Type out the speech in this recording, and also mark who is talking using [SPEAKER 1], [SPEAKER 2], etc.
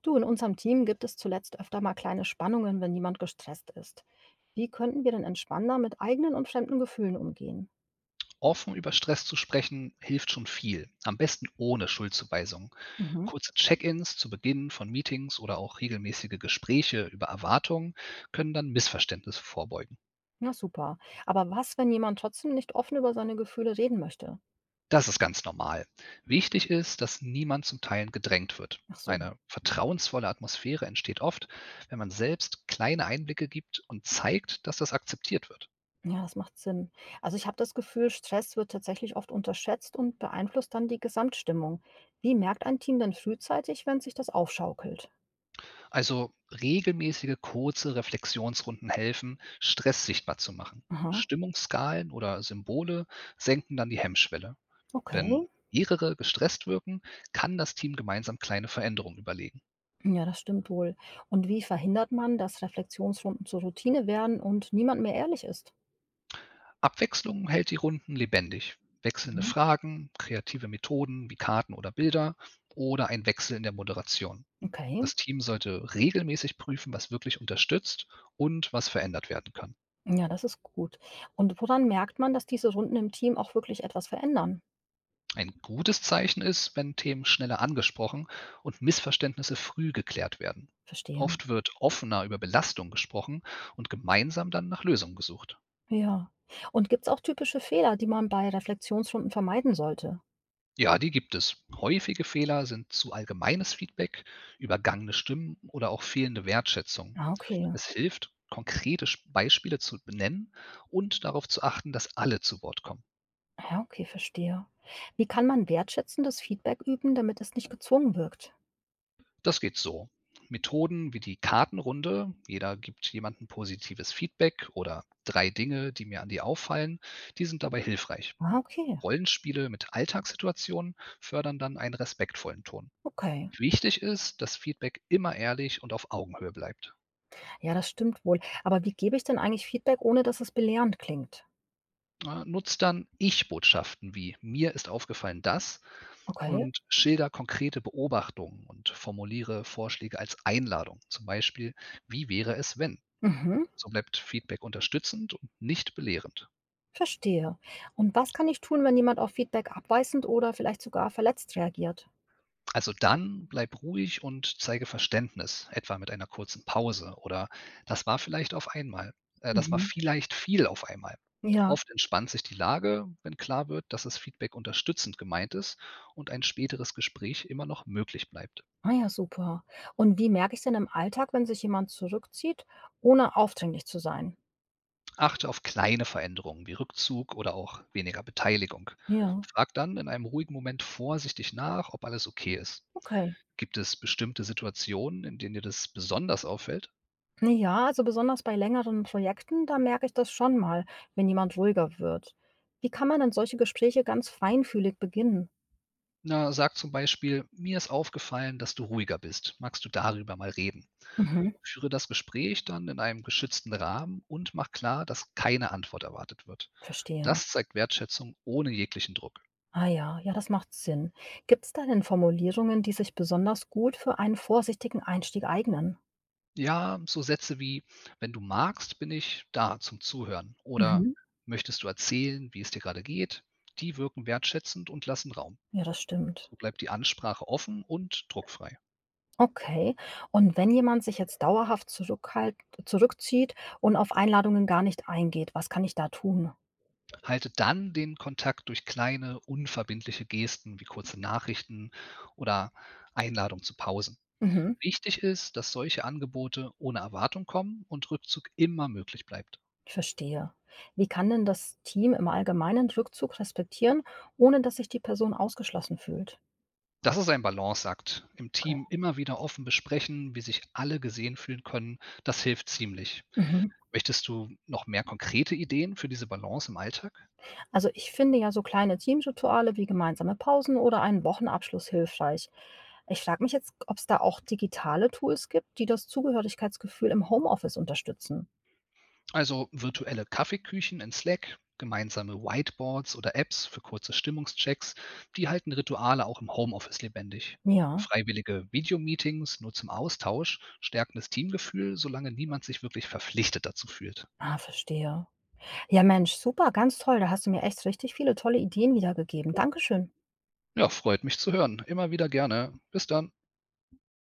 [SPEAKER 1] Du, in unserem Team gibt es zuletzt öfter mal kleine Spannungen, wenn jemand gestresst ist. Wie könnten wir denn entspannter mit eigenen und fremden Gefühlen umgehen?
[SPEAKER 2] Offen über Stress zu sprechen, hilft schon viel, am besten ohne Schuldzuweisung.
[SPEAKER 1] Mhm.
[SPEAKER 2] Kurze Check-ins zu Beginn von Meetings oder auch regelmäßige Gespräche über Erwartungen können dann Missverständnisse vorbeugen.
[SPEAKER 1] Ja, super. Aber was, wenn jemand trotzdem nicht offen über seine Gefühle reden möchte?
[SPEAKER 2] Das ist ganz normal. Wichtig ist, dass niemand zum Teilen gedrängt wird.
[SPEAKER 1] Ach so,
[SPEAKER 2] Eine vertrauensvolle Atmosphäre entsteht oft, wenn man selbst kleine Einblicke gibt und zeigt, dass das akzeptiert wird.
[SPEAKER 1] ja, das macht Sinn. Also ich habe das Gefühl, Stress wird tatsächlich oft unterschätzt und beeinflusst dann die Gesamtstimmung. Wie merkt ein Team denn frühzeitig, wenn sich das aufschaukelt?
[SPEAKER 2] Also regelmäßige kurze Reflexionsrunden helfen, Stress sichtbar zu machen.
[SPEAKER 1] Aha,
[SPEAKER 2] Stimmungsskalen oder Symbole senken dann die Hemmschwelle.
[SPEAKER 1] okay.
[SPEAKER 2] Wenn mehrere gestresst wirken, kann das Team gemeinsam kleine Veränderungen überlegen.
[SPEAKER 1] Ja, das stimmt wohl. Und wie verhindert man, dass Reflexionsrunden zur Routine werden und niemand mehr ehrlich ist?
[SPEAKER 2] Abwechslung hält die Runden lebendig. Wechselnde
[SPEAKER 1] Mhm.
[SPEAKER 2] Fragen, kreative Methoden wie Karten oder Bilder oder ein Wechsel in der Moderation.
[SPEAKER 1] Okay.
[SPEAKER 2] Das Team sollte regelmäßig prüfen, was wirklich unterstützt und was verändert werden kann.
[SPEAKER 1] Ja, das ist gut. Und woran merkt man, dass diese Runden im Team auch wirklich etwas verändern?
[SPEAKER 2] Ein gutes Zeichen ist, wenn Themen schneller angesprochen und Missverständnisse früh geklärt werden.
[SPEAKER 1] Verstehe. Mhm.
[SPEAKER 2] Oft wird offener über Belastung gesprochen und gemeinsam dann nach Lösungen gesucht.
[SPEAKER 1] Ja. Und gibt es auch typische Fehler, die man bei Reflexionsrunden vermeiden sollte?
[SPEAKER 2] Ja, die gibt es. Häufige Fehler sind zu allgemeines Feedback, übergangene Stimmen oder auch fehlende Wertschätzung.
[SPEAKER 1] Ah, okay.
[SPEAKER 2] Es hilft, konkrete Beispiele zu benennen und darauf zu achten, dass alle zu Wort kommen.
[SPEAKER 1] Ja, okay, verstehe. Wie kann man wertschätzendes Feedback üben, damit es nicht gezwungen wirkt?
[SPEAKER 2] Das geht so. Methoden wie die Kartenrunde, jeder gibt jemandem positives Feedback oder drei Dinge, die mir an dir auffallen, die sind dabei hilfreich.
[SPEAKER 1] Ah, okay.
[SPEAKER 2] Rollenspiele mit Alltagssituationen fördern dann einen respektvollen Ton.
[SPEAKER 1] Okay.
[SPEAKER 2] Wichtig ist, dass Feedback immer ehrlich und auf Augenhöhe bleibt.
[SPEAKER 1] Ja, das stimmt wohl. Aber wie gebe ich denn eigentlich Feedback, ohne dass es belehrend klingt?
[SPEAKER 2] Ja, nutzt dann Ich-Botschaften wie mir ist aufgefallen das
[SPEAKER 1] Okay.
[SPEAKER 2] und schilder konkrete Beobachtungen und formuliere Vorschläge als Einladung, zum Beispiel wie wäre es wenn.
[SPEAKER 1] Mhm.
[SPEAKER 2] So bleibt Feedback unterstützend und nicht belehrend.
[SPEAKER 1] Verstehe. Und was kann ich tun, wenn jemand auf Feedback abweisend oder vielleicht sogar verletzt reagiert?
[SPEAKER 2] Also dann bleib ruhig und zeige Verständnis, etwa mit einer kurzen Pause oder das war vielleicht auf einmal, das war
[SPEAKER 1] Mhm.
[SPEAKER 2] vielleicht viel auf einmal.
[SPEAKER 1] Ja.
[SPEAKER 2] Oft entspannt sich die Lage, wenn klar wird, dass das Feedback unterstützend gemeint ist und ein späteres Gespräch immer noch möglich bleibt.
[SPEAKER 1] Ah ja, super. Und wie merke ich denn im Alltag, wenn sich jemand zurückzieht, ohne aufdringlich zu sein?
[SPEAKER 2] Achte auf kleine Veränderungen wie Rückzug oder auch weniger Beteiligung.
[SPEAKER 1] Ja,
[SPEAKER 2] Frag dann in einem ruhigen Moment vorsichtig nach, ob alles okay ist.
[SPEAKER 1] okay.
[SPEAKER 2] Gibt es bestimmte Situationen, in denen dir das besonders auffällt?
[SPEAKER 1] Ja, also besonders bei längeren Projekten, da merke ich das schon mal, wenn jemand ruhiger wird. Wie kann man denn solche Gespräche ganz feinfühlig beginnen?
[SPEAKER 2] Na, sag zum Beispiel, mir ist aufgefallen, dass du ruhiger bist. Magst du darüber mal reden?
[SPEAKER 1] Mhm,
[SPEAKER 2] Führe das Gespräch dann in einem geschützten Rahmen und mach klar, dass keine Antwort erwartet wird.
[SPEAKER 1] verstehe.
[SPEAKER 2] Das zeigt Wertschätzung ohne jeglichen Druck.
[SPEAKER 1] Ah ja, ja, das macht Sinn. Gibt es da denn Formulierungen, die sich besonders gut für einen vorsichtigen Einstieg eignen?
[SPEAKER 2] Ja, so Sätze wie, wenn du magst, bin ich da zum Zuhören oder
[SPEAKER 1] Mhm.
[SPEAKER 2] möchtest du erzählen, wie es dir gerade geht, die wirken wertschätzend und lassen Raum.
[SPEAKER 1] Ja, das stimmt.
[SPEAKER 2] So bleibt die Ansprache offen und druckfrei.
[SPEAKER 1] Okay. Und wenn jemand sich jetzt dauerhaft zurückhalt zurückzieht und auf Einladungen gar nicht eingeht, was kann ich da tun?
[SPEAKER 2] Halte dann den Kontakt durch kleine, unverbindliche Gesten wie kurze Nachrichten oder Einladung zu Pausen.
[SPEAKER 1] Mhm,
[SPEAKER 2] Wichtig ist, dass solche Angebote ohne Erwartung kommen und Rückzug immer möglich bleibt.
[SPEAKER 1] ich verstehe. Wie kann denn das Team im Allgemeinen Rückzug respektieren, ohne dass sich die Person ausgeschlossen fühlt?
[SPEAKER 2] Das ist ein Balanceakt. Im
[SPEAKER 1] Okay.
[SPEAKER 2] Team immer wieder offen besprechen, wie sich alle gesehen fühlen können, das hilft ziemlich.
[SPEAKER 1] Mhm.
[SPEAKER 2] Möchtest du noch mehr konkrete Ideen für diese Balance im Alltag?
[SPEAKER 1] Also ich finde ja so kleine Teamrituale wie gemeinsame Pausen oder einen Wochenabschluss hilfreich. Ich frage mich jetzt, ob es da auch digitale Tools gibt, die das Zugehörigkeitsgefühl im Homeoffice unterstützen.
[SPEAKER 2] Also virtuelle Kaffeeküchen in Slack, gemeinsame Whiteboards oder Apps für kurze Stimmungschecks, die halten Rituale auch im Homeoffice lebendig.
[SPEAKER 1] Ja,
[SPEAKER 2] Freiwillige Videomeetings nur zum Austausch stärken das Teamgefühl, solange niemand sich wirklich verpflichtet dazu fühlt.
[SPEAKER 1] ah, verstehe. Ja Mensch, super, ganz toll. Da hast du mir echt richtig viele tolle Ideen wiedergegeben. Dankeschön.
[SPEAKER 2] Ja, freut mich zu hören. Immer wieder gerne. Bis dann.